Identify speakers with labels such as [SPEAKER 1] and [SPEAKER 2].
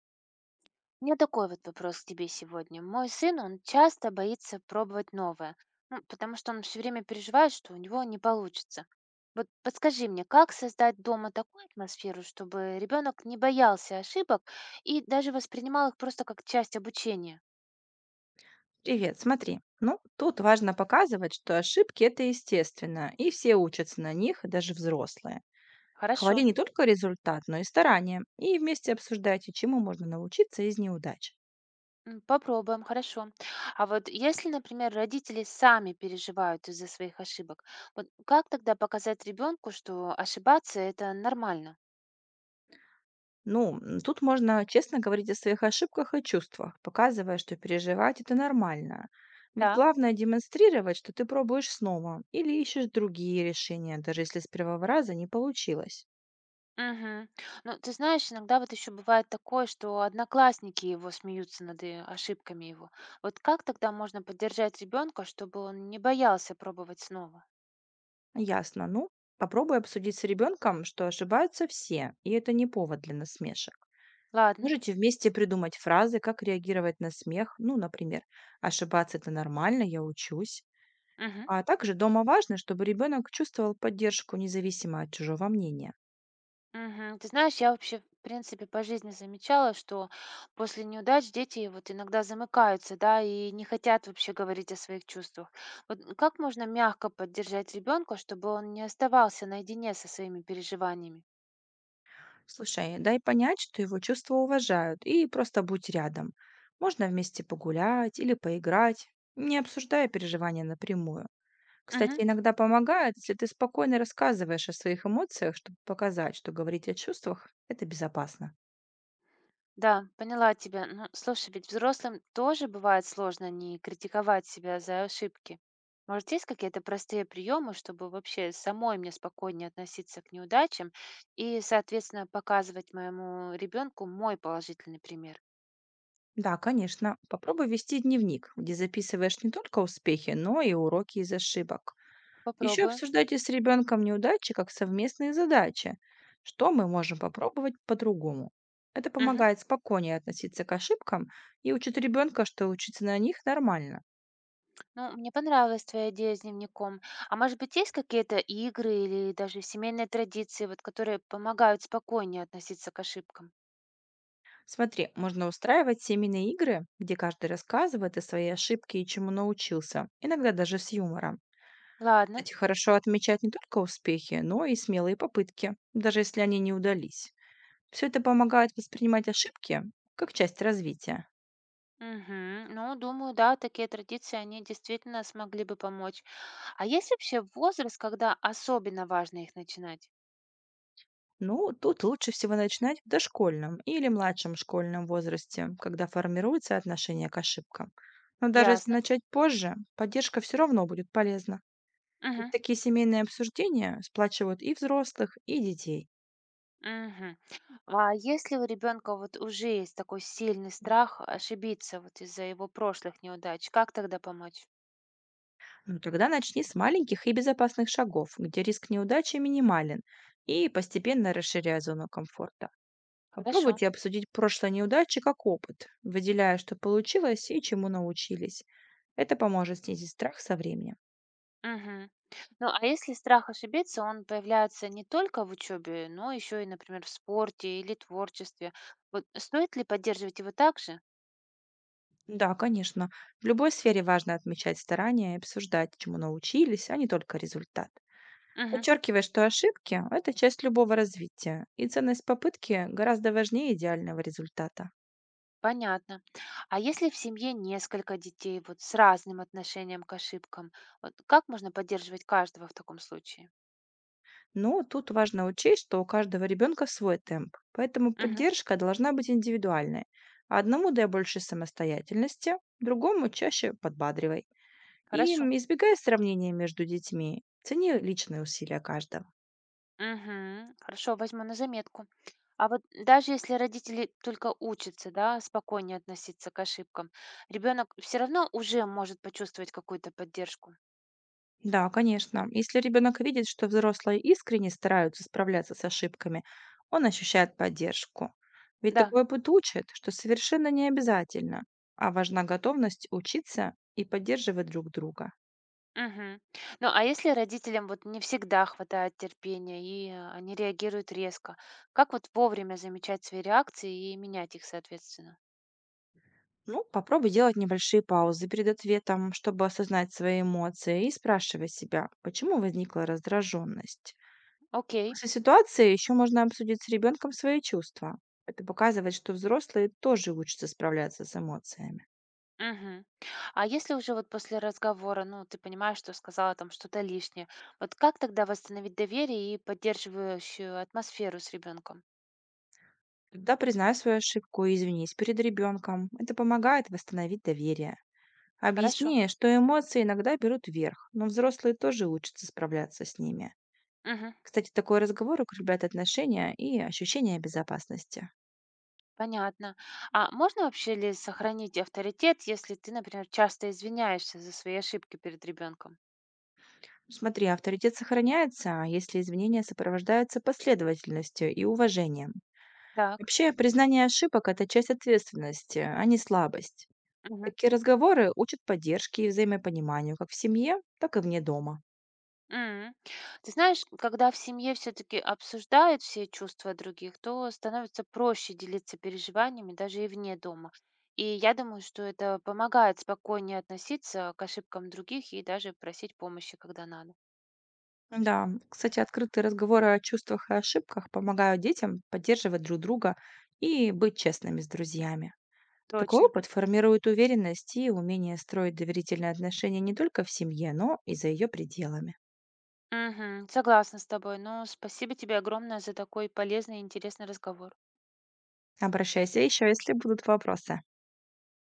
[SPEAKER 1] У меня такой вот вопрос к тебе сегодня. Мой сын, он часто боится пробовать новое, ну, потому что он все время переживает, что у него не получится. Вот подскажи мне, как создать дома такую атмосферу, чтобы ребенок не боялся ошибок и даже воспринимал их просто как часть обучения?
[SPEAKER 2] Привет, смотри. Ну, тут важно показывать, что ошибки– это естественно, и все учатся на них, даже взрослые. Хвали
[SPEAKER 1] Хорошо,
[SPEAKER 2] не только результат, но и старания, и вместе обсуждайте, чему можно научиться из неудач.
[SPEAKER 1] попробуем, хорошо. А вот если, например, родители сами переживают из-за своих ошибок, вот как тогда показать ребенку, что ошибаться это нормально?
[SPEAKER 2] Тут можно честно говорить о своих ошибках и чувствах, показывая, что переживать– это нормально. Ведь
[SPEAKER 1] Так.
[SPEAKER 2] главное демонстрировать, что ты пробуешь снова или ищешь другие решения, даже если с первого раза не получилось.
[SPEAKER 1] Мгм. Ну, ты знаешь, иногда вот еще бывает такое, что одноклассники его смеются над ошибками его. Вот как тогда можно поддержать ребенка, чтобы он не боялся пробовать снова?
[SPEAKER 2] Ясно. Ну, попробуй обсудить с ребенком, что ошибаются все, и это не повод для насмешек.
[SPEAKER 1] Ладно.
[SPEAKER 2] Можете вместе придумать фразы, как реагировать на смех. Ну, например, ошибаться это нормально, я учусь.
[SPEAKER 1] Мгм.
[SPEAKER 2] А также дома важно, чтобы ребенок чувствовал поддержку независимо от чужого мнения.
[SPEAKER 1] Мгм. Ты знаешь, я вообще, в принципе, по жизни замечала, что после неудач дети вот иногда замыкаются, да, и не хотят вообще говорить о своих чувствах. Вот как можно мягко поддержать ребенка, чтобы он не оставался наедине со своими переживаниями?
[SPEAKER 2] Слушай, дай понять, что его чувства уважают, и просто будь рядом. Можно вместе погулять или поиграть, не обсуждая переживания напрямую. Кстати,
[SPEAKER 1] Мгм.
[SPEAKER 2] иногда помогает, если ты спокойно рассказываешь о своих эмоциях, чтобы показать, что говорить о чувствах– это безопасно.
[SPEAKER 1] Да, поняла тебя. Ну, слушай, ведь взрослым тоже бывает сложно не критиковать себя за ошибки. Может, есть какие-то простые приемы, чтобы вообще самой мне спокойнее относиться к неудачам и, соответственно, показывать моему ребенку мой положительный пример?
[SPEAKER 2] Да, конечно. Попробуй вести дневник, где записываешь не только успехи, но и уроки из ошибок. Еще
[SPEAKER 1] Попробую.
[SPEAKER 2] обсуждайте с ребенком неудачи как совместные задачи. Что мы можем попробовать по-другому? Это
[SPEAKER 1] Мгм.
[SPEAKER 2] помогает спокойнее относиться к ошибкам и учит ребенка, что учиться на них нормально.
[SPEAKER 1] Ну, мне понравилась твоя идея с дневником. А может быть, есть какие-то игры или даже семейные традиции, вот, которые помогают спокойнее относиться к ошибкам?
[SPEAKER 2] Смотри, можно устраивать семейные игры, где каждый рассказывает о своей ошибке и чему научился, иногда даже с юмором.
[SPEAKER 1] Ладно.
[SPEAKER 2] Кстати, хорошо отмечать не только успехи, но и смелые попытки, даже если они не удались. Все это помогает воспринимать ошибки как часть развития.
[SPEAKER 1] Мгм. Ну, думаю, да, такие традиции, они действительно смогли бы помочь. А есть вообще возраст, когда особенно важно их начинать?
[SPEAKER 2] Ну, тут лучше всего начинать в дошкольном или младшем школьном возрасте, когда формируется отношение к ошибкам. Но даже если
[SPEAKER 1] Ясно.
[SPEAKER 2] начать позже, поддержка все равно будет полезна. Вот
[SPEAKER 1] Мгм.
[SPEAKER 2] такие семейные обсуждения сплачивают и взрослых, и детей.
[SPEAKER 1] Мгм. А если у ребенка вот уже есть такой сильный страх ошибиться вот из-за его прошлых неудач, как тогда помочь?
[SPEAKER 2] Но тогда начни с маленьких и безопасных шагов, где риск неудачи минимален, и постепенно расширяя зону комфорта.
[SPEAKER 1] Хорошо.
[SPEAKER 2] Попробуйте обсудить прошлые неудачи как опыт, выделяя, что получилось и чему научились. Это поможет снизить страх со временем.
[SPEAKER 1] Мгм. Ну, а если страх ошибиться, он появляется не только в учебе, но еще и, например, в спорте или творчестве. Вот стоит ли поддерживать его также?
[SPEAKER 2] Да, конечно. В любой сфере важно отмечать старания и обсуждать, чему научились, а не только результат. Подчеркивая, что ошибки– это часть любого развития, и ценность попытки гораздо важнее идеального результата.
[SPEAKER 1] Понятно. А если в семье несколько детей вот с разным отношением к ошибкам, вот как можно поддерживать каждого в таком случае?
[SPEAKER 2] Но тут важно учесть, что у каждого ребенка свой темп, поэтому
[SPEAKER 1] Мгм.
[SPEAKER 2] поддержка должна быть индивидуальной. Одному дай больше самостоятельности, другому чаще подбадривай.
[SPEAKER 1] Хорошо.
[SPEAKER 2] Избегай сравнения между детьми, цени личные усилия каждого.
[SPEAKER 1] Мгм. Хорошо, возьму на заметку. А вот даже если родители только учатся, да, спокойнее относиться к ошибкам, ребенок все равно уже может почувствовать какую-то поддержку.
[SPEAKER 2] Да, конечно. Если ребенок видит, что взрослые искренне стараются справляться с ошибками, он ощущает поддержку. Ведь
[SPEAKER 1] Да.
[SPEAKER 2] такой опыт учит, что совершенно не обязательно, а важна готовность учиться и поддерживать друг друга.
[SPEAKER 1] Мгм. Ну, а если родителям вот не всегда хватает терпения и они реагируют резко, как вот вовремя замечать свои реакции и менять их, соответственно?
[SPEAKER 2] Ну, попробуй делать небольшие паузы перед ответом, чтобы осознать свои эмоции и спрашивай себя, почему возникла раздраженность.
[SPEAKER 1] Окей.
[SPEAKER 2] После ситуации еще можно обсудить с ребенком свои чувства. Это показывает, что взрослые тоже учатся справляться с эмоциями.
[SPEAKER 1] Мгм. А если уже вот после разговора, ну, ты понимаешь, что сказала там что-то лишнее, вот как тогда восстановить доверие и поддерживающую атмосферу с ребенком?
[SPEAKER 2] Тогда признай свою ошибку и извинись перед ребенком. Это помогает восстановить доверие.
[SPEAKER 1] Хорошо.
[SPEAKER 2] Объясни, что эмоции иногда берут верх, но взрослые тоже учатся справляться с ними.
[SPEAKER 1] Мгм.
[SPEAKER 2] Кстати, такой разговор укрепляет отношения и ощущение безопасности.
[SPEAKER 1] Понятно. А можно вообще ли сохранить авторитет, если ты, например, часто извиняешься за свои ошибки перед ребенком?
[SPEAKER 2] Смотри, авторитет сохраняется, а если извинения сопровождаются последовательностью и уважением.
[SPEAKER 1] Так.
[SPEAKER 2] Вообще, признание ошибок– это часть ответственности, а не слабость. Такие разговоры учат поддержке и взаимопониманию как в семье, так и вне дома.
[SPEAKER 1] М. Ты знаешь, когда в семье все-таки обсуждают все чувства других, то становится проще делиться переживаниями даже и вне дома. И я думаю, что это помогает спокойнее относиться к ошибкам других и даже просить помощи, когда надо.
[SPEAKER 2] Да, кстати, открытые разговоры о чувствах и ошибках помогают детям поддерживать друг друга и быть честными с друзьями. Такой
[SPEAKER 1] Точно.
[SPEAKER 2] опыт формирует уверенность и умение строить доверительные отношения не только в семье, но и за ее пределами.
[SPEAKER 1] Мгм. Согласна с тобой. Но спасибо тебе огромное за такой полезный и интересный разговор.
[SPEAKER 2] Обращайся еще, если будут вопросы.